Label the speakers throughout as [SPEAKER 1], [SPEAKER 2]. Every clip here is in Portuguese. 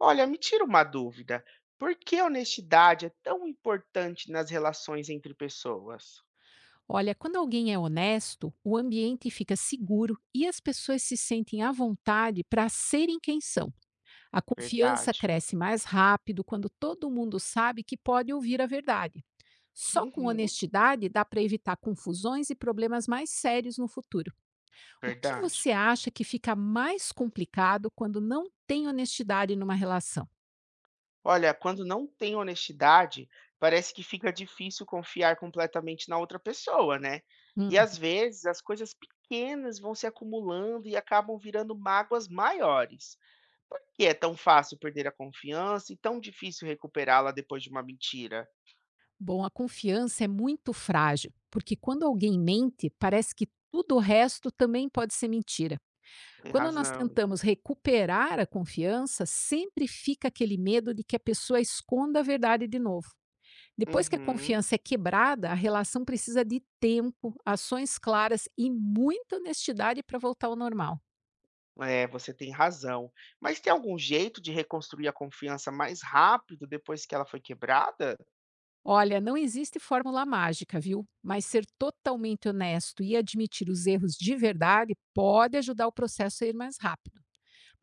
[SPEAKER 1] Olha, me tira uma dúvida. Por que a honestidade é tão importante nas relações entre pessoas?
[SPEAKER 2] Olha, quando alguém é honesto, o ambiente fica seguro e as pessoas se sentem à vontade para serem quem são. A confiança
[SPEAKER 1] Verdade.
[SPEAKER 2] cresce mais rápido quando todo mundo sabe que pode ouvir a verdade. Só com
[SPEAKER 1] Uhum,
[SPEAKER 2] honestidade dá para evitar confusões e problemas mais sérios no futuro. O que
[SPEAKER 1] verdade.
[SPEAKER 2] você acha que fica mais complicado quando não tem honestidade numa relação?
[SPEAKER 1] Olha, quando não tem honestidade, parece que fica difícil confiar completamente na outra pessoa, né?
[SPEAKER 2] Hum,
[SPEAKER 1] E às vezes as coisas pequenas vão se acumulando e acabam virando mágoas maiores. Por que é tão fácil perder a confiança e tão difícil recuperá-la depois de uma mentira?
[SPEAKER 2] bom, a confiança é muito frágil, porque quando alguém mente, parece que tudo o resto também pode ser mentira.
[SPEAKER 1] Tem
[SPEAKER 2] Quando nós
[SPEAKER 1] razão.
[SPEAKER 2] tentamos recuperar a confiança, sempre fica aquele medo de que a pessoa esconda a verdade de novo. Depois que a
[SPEAKER 1] Uhum.
[SPEAKER 2] confiança é quebrada, a relação precisa de tempo, ações claras e muita honestidade para voltar ao normal.
[SPEAKER 1] É, você tem razão. Mas tem algum jeito de reconstruir a confiança mais rápido depois que ela foi quebrada?
[SPEAKER 2] Olha, não existe fórmula mágica, viu? Mas ser totalmente honesto e admitir os erros de verdade pode ajudar o processo a ir mais rápido.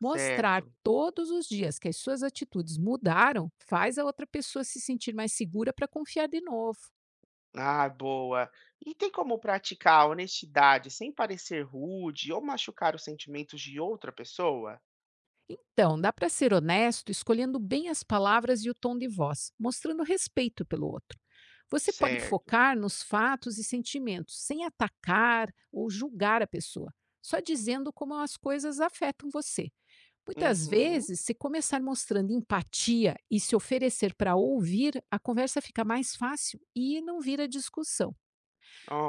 [SPEAKER 2] Mostrar todos os dias que as suas atitudes mudaram faz a outra pessoa se sentir mais segura para confiar de novo.
[SPEAKER 1] Ah, boa. E tem como praticar a honestidade sem parecer rude ou machucar os sentimentos de outra pessoa?
[SPEAKER 2] Então, dá para ser honesto escolhendo bem as palavras e o tom de voz, mostrando respeito pelo outro. Você pode
[SPEAKER 1] Certo.
[SPEAKER 2] focar nos fatos e sentimentos, sem atacar ou julgar a pessoa, só dizendo como as coisas afetam você. Muitas
[SPEAKER 1] Uhum.
[SPEAKER 2] vezes, se começar mostrando empatia e se oferecer para ouvir, a conversa fica mais fácil e não vira discussão.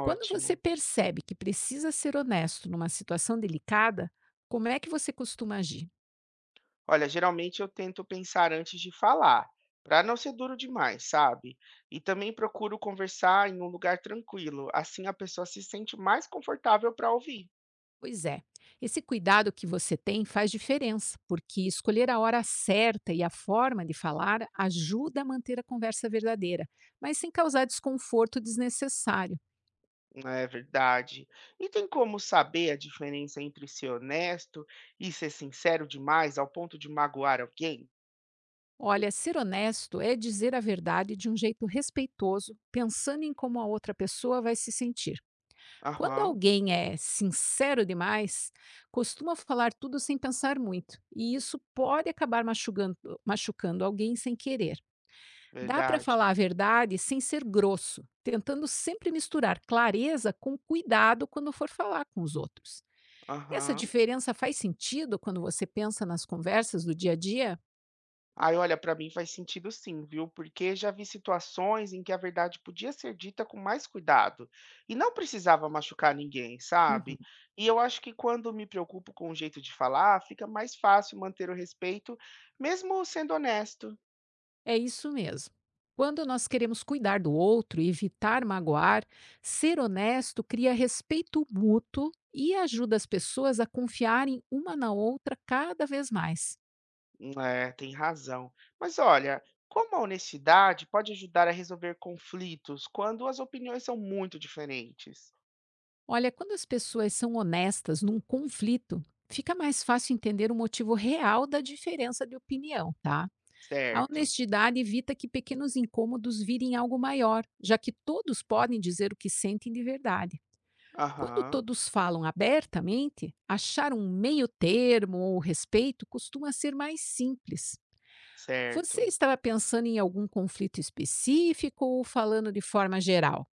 [SPEAKER 2] Quando você percebe que precisa ser honesto numa situação delicada, como é que você costuma agir?
[SPEAKER 1] Olha, geralmente eu tento pensar antes de falar, para não ser duro demais, sabe? E também procuro conversar em um lugar tranquilo, assim a pessoa se sente mais confortável para ouvir.
[SPEAKER 2] Pois é, esse cuidado que você tem faz diferença, porque escolher a hora certa e a forma de falar ajuda a manter a conversa verdadeira, mas sem causar desconforto desnecessário.
[SPEAKER 1] É verdade. E tem como saber a diferença entre ser honesto e ser sincero demais ao ponto de magoar alguém?
[SPEAKER 2] Olha, ser honesto é dizer a verdade de um jeito respeitoso, pensando em como a outra pessoa vai se sentir. Quando
[SPEAKER 1] Aham,
[SPEAKER 2] alguém é sincero demais, costuma falar tudo sem pensar muito, e isso pode acabar machucando alguém sem querer. Dá para
[SPEAKER 1] verdade.
[SPEAKER 2] falar a verdade sem ser grosso, tentando sempre misturar clareza com cuidado quando for falar com os outros. Essa
[SPEAKER 1] Aham.
[SPEAKER 2] diferença faz sentido quando você pensa nas conversas do dia a dia?
[SPEAKER 1] Aí, olha, pra mim faz sentido sim, viu? Porque já vi situações em que a verdade podia ser dita com mais cuidado e não precisava machucar ninguém,
[SPEAKER 2] Uhum.
[SPEAKER 1] sabe? E eu acho que quando me preocupo com o jeito de falar, fica mais fácil manter o respeito, mesmo sendo honesto.
[SPEAKER 2] É isso mesmo. Quando nós queremos cuidar do outro e evitar magoar, ser honesto cria respeito mútuo e ajuda as pessoas a confiarem uma na outra cada vez mais.
[SPEAKER 1] É, tem razão. Mas olha, como a honestidade pode ajudar a resolver conflitos quando as opiniões são muito diferentes?
[SPEAKER 2] Olha, quando as pessoas são honestas num conflito, fica mais fácil entender o motivo real da diferença de opinião, tá? A
[SPEAKER 1] Certo.
[SPEAKER 2] honestidade evita que pequenos incômodos virem algo maior, já que todos podem dizer o que sentem de verdade. Quando
[SPEAKER 1] Aham,
[SPEAKER 2] todos falam abertamente, achar um meio termo ou respeito costuma ser mais simples. Você
[SPEAKER 1] certo.
[SPEAKER 2] estava pensando em algum conflito específico ou falando de forma geral?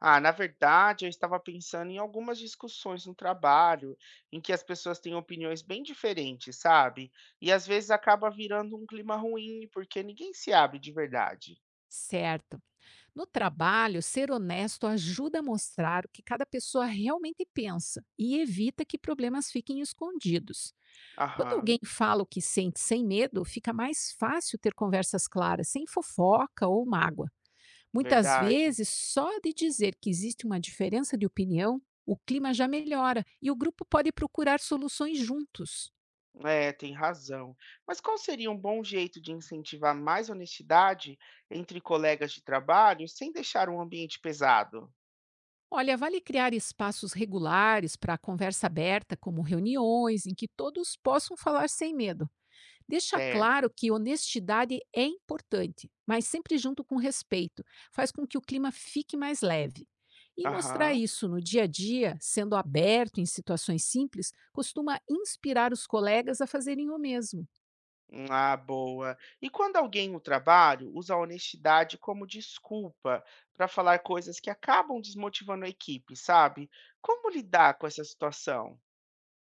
[SPEAKER 1] Ah, na verdade, eu estava pensando em algumas discussões no trabalho em que as pessoas têm opiniões bem diferentes, sabe? E às vezes acaba virando um clima ruim porque ninguém se abre de verdade.
[SPEAKER 2] Certo. No trabalho, ser honesto ajuda a mostrar o que cada pessoa realmente pensa e evita que problemas fiquem escondidos. Quando
[SPEAKER 1] Aham,
[SPEAKER 2] alguém fala o que sente sem medo, fica mais fácil ter conversas claras, sem fofoca ou mágoa. Muitas
[SPEAKER 1] verdade.
[SPEAKER 2] vezes, só de dizer que existe uma diferença de opinião, o clima já melhora e o grupo pode procurar soluções juntos.
[SPEAKER 1] É, tem razão. Mas qual seria um bom jeito de incentivar mais honestidade entre colegas de trabalho sem deixar um ambiente pesado?
[SPEAKER 2] Olha, vale criar espaços regulares para conversa aberta, como reuniões em que todos possam falar sem medo. Deixa claro
[SPEAKER 1] Certo.
[SPEAKER 2] que honestidade é importante, mas sempre junto com respeito, faz com que o clima fique mais leve. E mostrar
[SPEAKER 1] Aham.
[SPEAKER 2] isso no dia a dia, sendo aberto em situações simples, costuma inspirar os colegas a fazerem o mesmo.
[SPEAKER 1] Ah, boa. E quando alguém no trabalho usa a honestidade como desculpa para falar coisas que acabam desmotivando a equipe, sabe? Como lidar com essa situação?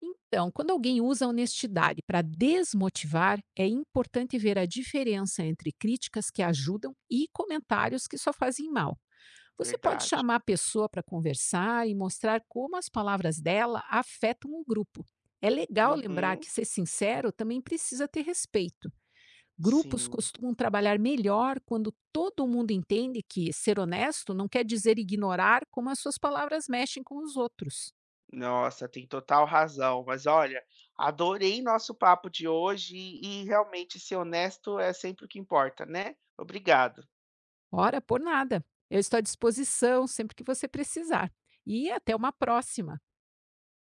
[SPEAKER 2] Então, quando alguém usa a honestidade para desmotivar, é importante ver a diferença entre críticas que ajudam e comentários que só fazem mal. Você pode
[SPEAKER 1] Verdade.
[SPEAKER 2] chamar a pessoa para conversar e mostrar como as palavras dela afetam o grupo. É legal lembrar
[SPEAKER 1] Uhum,
[SPEAKER 2] que ser sincero também precisa ter respeito. Grupos
[SPEAKER 1] sim.
[SPEAKER 2] costumam trabalhar melhor quando todo mundo entende que ser honesto não quer dizer ignorar como as suas palavras mexem com os outros.
[SPEAKER 1] Nossa, tem total razão. Mas olha, adorei nosso papo de hoje e realmente ser honesto é sempre o que importa, né? Obrigado.
[SPEAKER 2] Ora, por nada. Eu estou à disposição sempre que você precisar. E até uma próxima.